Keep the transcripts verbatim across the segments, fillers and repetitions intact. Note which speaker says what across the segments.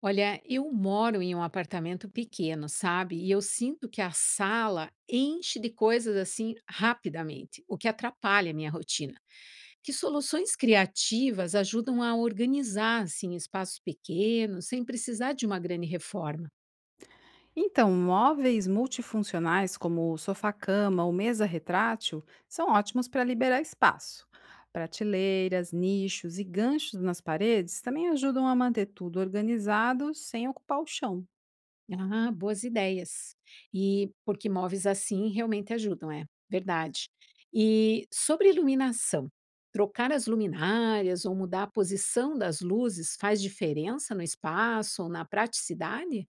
Speaker 1: Olha, eu moro em um apartamento pequeno, sabe? E eu sinto que a sala enche de coisas assim rapidamente, o que atrapalha a minha rotina. Que soluções criativas ajudam a organizar assim espaços pequenos sem precisar de uma grande reforma?
Speaker 2: Então, móveis multifuncionais como sofá-cama ou mesa retrátil são ótimos para liberar espaço. Prateleiras, nichos e ganchos nas paredes também ajudam a manter tudo organizado sem ocupar o chão.
Speaker 1: Ah, boas ideias. E porque móveis assim realmente ajudam, é verdade. E sobre iluminação, trocar as luminárias ou mudar a posição das luzes faz diferença no espaço ou na praticidade?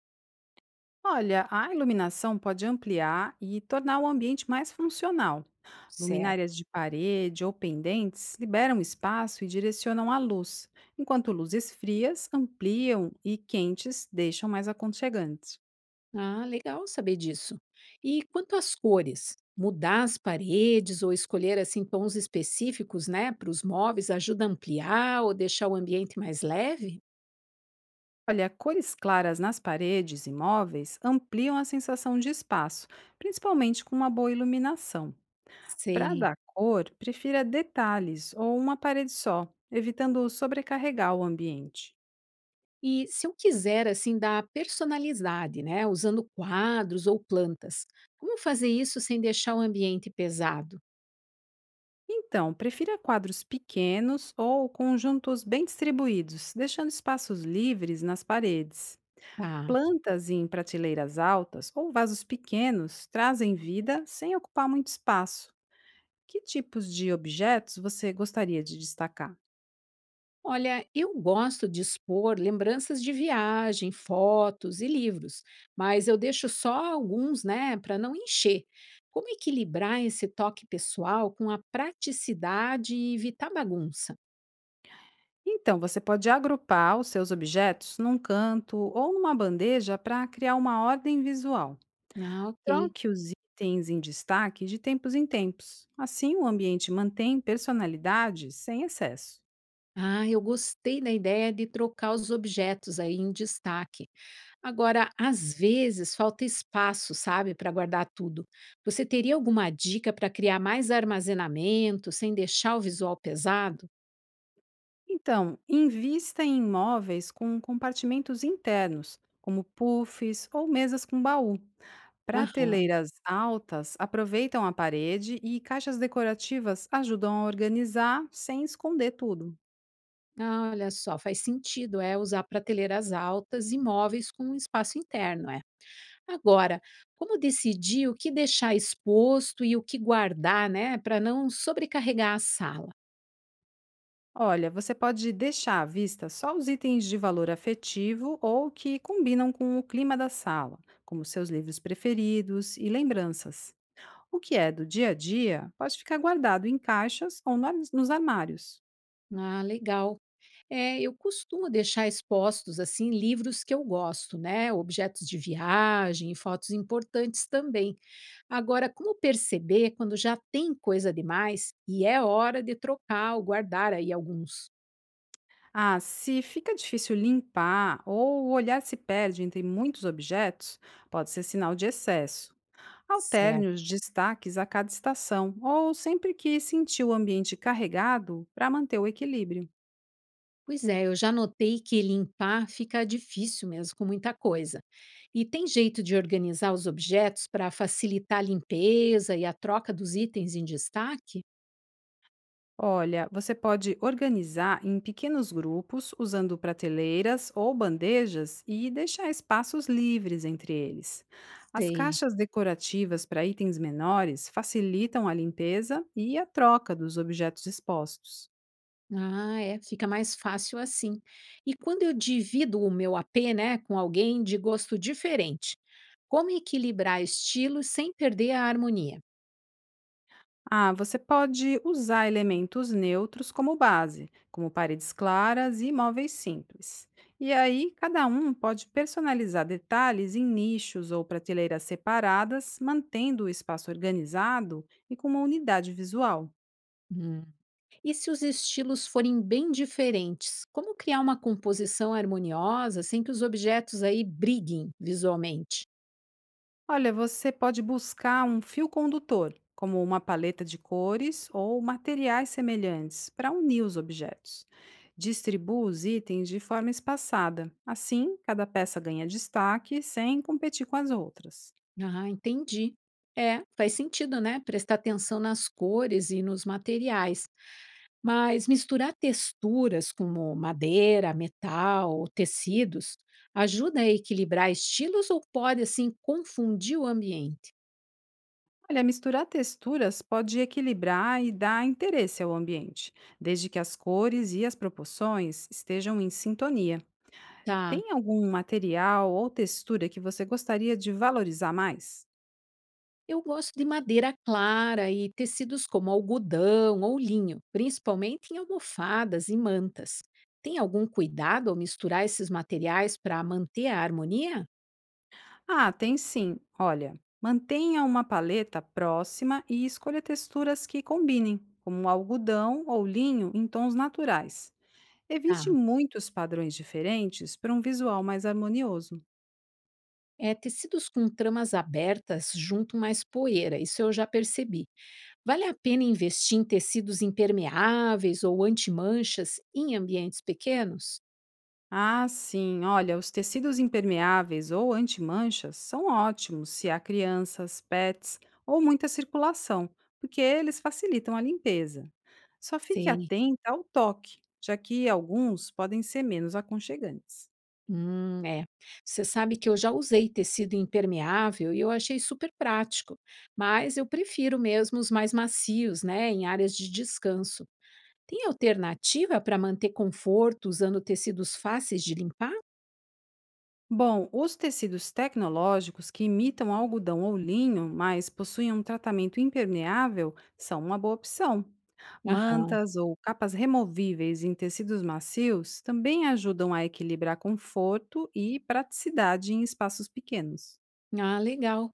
Speaker 2: Olha, a iluminação pode ampliar e tornar o ambiente mais funcional.
Speaker 1: Certo.
Speaker 2: Luminárias de parede ou pendentes liberam espaço e direcionam a luz, enquanto luzes frias ampliam e quentes deixam mais aconchegante.
Speaker 1: Ah, legal saber disso. E quanto às cores, mudar as paredes ou escolher assim tons específicos, né, para os móveis ajuda a ampliar ou deixar o ambiente mais leve?
Speaker 2: Olha, cores claras nas paredes e móveis ampliam a sensação de espaço, principalmente com uma boa iluminação. Para
Speaker 1: Sei.
Speaker 2: dar cor, prefira detalhes ou uma parede só, evitando sobrecarregar o ambiente.
Speaker 1: E se eu quiser, assim, dar personalidade, né, usando quadros ou plantas, como fazer isso sem deixar o ambiente pesado?
Speaker 2: Então, prefira quadros pequenos ou conjuntos bem distribuídos, deixando espaços livres nas paredes.
Speaker 1: Tá.
Speaker 2: Plantas em prateleiras altas ou vasos pequenos trazem vida sem ocupar muito espaço. Que tipos de objetos você gostaria de destacar?
Speaker 1: Olha, eu gosto de expor lembranças de viagem, fotos e livros, mas eu deixo só alguns, né, para não encher. Como equilibrar esse toque pessoal com a praticidade e evitar bagunça?
Speaker 2: Então, você pode agrupar os seus objetos num canto ou numa bandeja para criar uma ordem visual.
Speaker 1: Ah, ok.
Speaker 2: Troque os itens em destaque de tempos em tempos. Assim, o ambiente mantém personalidade sem excesso.
Speaker 1: Ah, eu gostei da ideia de trocar os objetos aí em destaque. Agora, às vezes falta espaço, sabe, para guardar tudo. Você teria alguma dica para criar mais armazenamento sem deixar o visual pesado?
Speaker 2: Então, invista em móveis com compartimentos internos, como puffs ou mesas com baú.
Speaker 1: Aham.
Speaker 2: Prateleiras altas aproveitam a parede e caixas decorativas ajudam a organizar sem esconder tudo.
Speaker 1: Ah, olha só, faz sentido, é usar prateleiras altas e móveis com um espaço interno, é. Agora, como decidir o que deixar exposto e o que guardar, né, para não sobrecarregar a sala?
Speaker 2: Olha, você pode deixar à vista só os itens de valor afetivo ou que combinam com o clima da sala, como seus livros preferidos e lembranças. O que é do dia a dia pode ficar guardado em caixas ou na- nos armários.
Speaker 1: Ah, legal. É, eu costumo deixar expostos assim livros que eu gosto, né? Objetos de viagem, e fotos importantes também. Agora, como perceber quando já tem coisa demais e é hora de trocar ou guardar aí alguns?
Speaker 2: Ah, se fica difícil limpar ou o olhar se perde entre muitos objetos, pode ser sinal de excesso. Alterne
Speaker 1: Certo.
Speaker 2: os destaques a cada estação ou sempre que sentir o ambiente carregado para manter o equilíbrio.
Speaker 1: Pois é, eu já notei que limpar fica difícil mesmo com muita coisa. E tem jeito de organizar os objetos para facilitar a limpeza e a troca dos itens em destaque?
Speaker 2: Olha, você pode organizar em pequenos grupos usando prateleiras ou bandejas e deixar espaços livres entre eles. As
Speaker 1: Sei.
Speaker 2: caixas decorativas para itens menores facilitam a limpeza e a troca dos objetos expostos.
Speaker 1: Ah, é, fica mais fácil assim. E quando eu divido o meu A P, né, com alguém de gosto diferente, como equilibrar estilos sem perder a harmonia?
Speaker 2: Ah, você pode usar elementos neutros como base, como paredes claras e móveis simples. E aí, cada um pode personalizar detalhes em nichos ou prateleiras separadas, mantendo o espaço organizado e com uma unidade visual.
Speaker 1: Hum. E se os estilos forem bem diferentes, como criar uma composição harmoniosa sem que os objetos aí briguem visualmente?
Speaker 2: Olha, você pode buscar um fio condutor, como uma paleta de cores ou materiais semelhantes, para unir os objetos. Distribua os itens de forma espaçada. Assim, cada peça ganha destaque sem competir com as outras.
Speaker 1: Ah, entendi. É, faz sentido, né? Prestar atenção nas cores e nos materiais. Mas misturar texturas como madeira, metal ou tecidos ajuda a equilibrar estilos ou pode assim confundir o ambiente,
Speaker 2: Olha, misturar texturas pode equilibrar e dar interesse ao ambiente, desde que as cores e as proporções estejam em sintonia.
Speaker 1: tá?
Speaker 2: Tem algum material ou textura que você gostaria de valorizar mais?
Speaker 1: Eu gosto de madeira clara e tecidos como algodão ou linho, principalmente em almofadas e mantas. Tem algum cuidado ao misturar esses materiais para manter a harmonia?
Speaker 2: Ah, tem sim. Olha, mantenha uma paleta próxima e escolha texturas que combinem, como algodão ou linho em tons naturais. Evite
Speaker 1: Tá.
Speaker 2: muitos padrões diferentes para um visual mais harmonioso.
Speaker 1: É, tecidos com tramas abertas juntam mais poeira, isso eu já percebi. Vale a pena investir em tecidos impermeáveis ou antimanchas em ambientes pequenos?
Speaker 2: Ah, sim, olha, os tecidos impermeáveis ou antimanchas são ótimos se há crianças, pets ou muita circulação, porque eles facilitam a limpeza. Só fique
Speaker 1: Sei.
Speaker 2: atenta ao toque, já que alguns podem ser menos aconchegantes.
Speaker 1: Hum, é. Você sabe que eu já usei tecido impermeável e eu achei super prático, mas eu prefiro mesmo os mais macios, né, em áreas de descanso. Tem alternativa para manter conforto usando tecidos fáceis de limpar?
Speaker 2: Bom, os tecidos tecnológicos que imitam algodão ou linho, mas possuem um tratamento impermeável, são uma boa opção.
Speaker 1: Aham.
Speaker 2: Mantas ou capas removíveis em tecidos macios também ajudam a equilibrar conforto e praticidade em espaços pequenos.
Speaker 1: Ah, legal.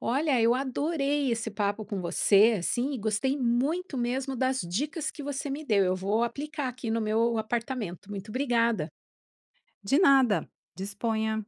Speaker 1: Olha, eu adorei esse papo com você, assim, e gostei muito mesmo das dicas que você me deu. Eu vou aplicar aqui no meu apartamento. Muito obrigada.
Speaker 2: De nada, disponha!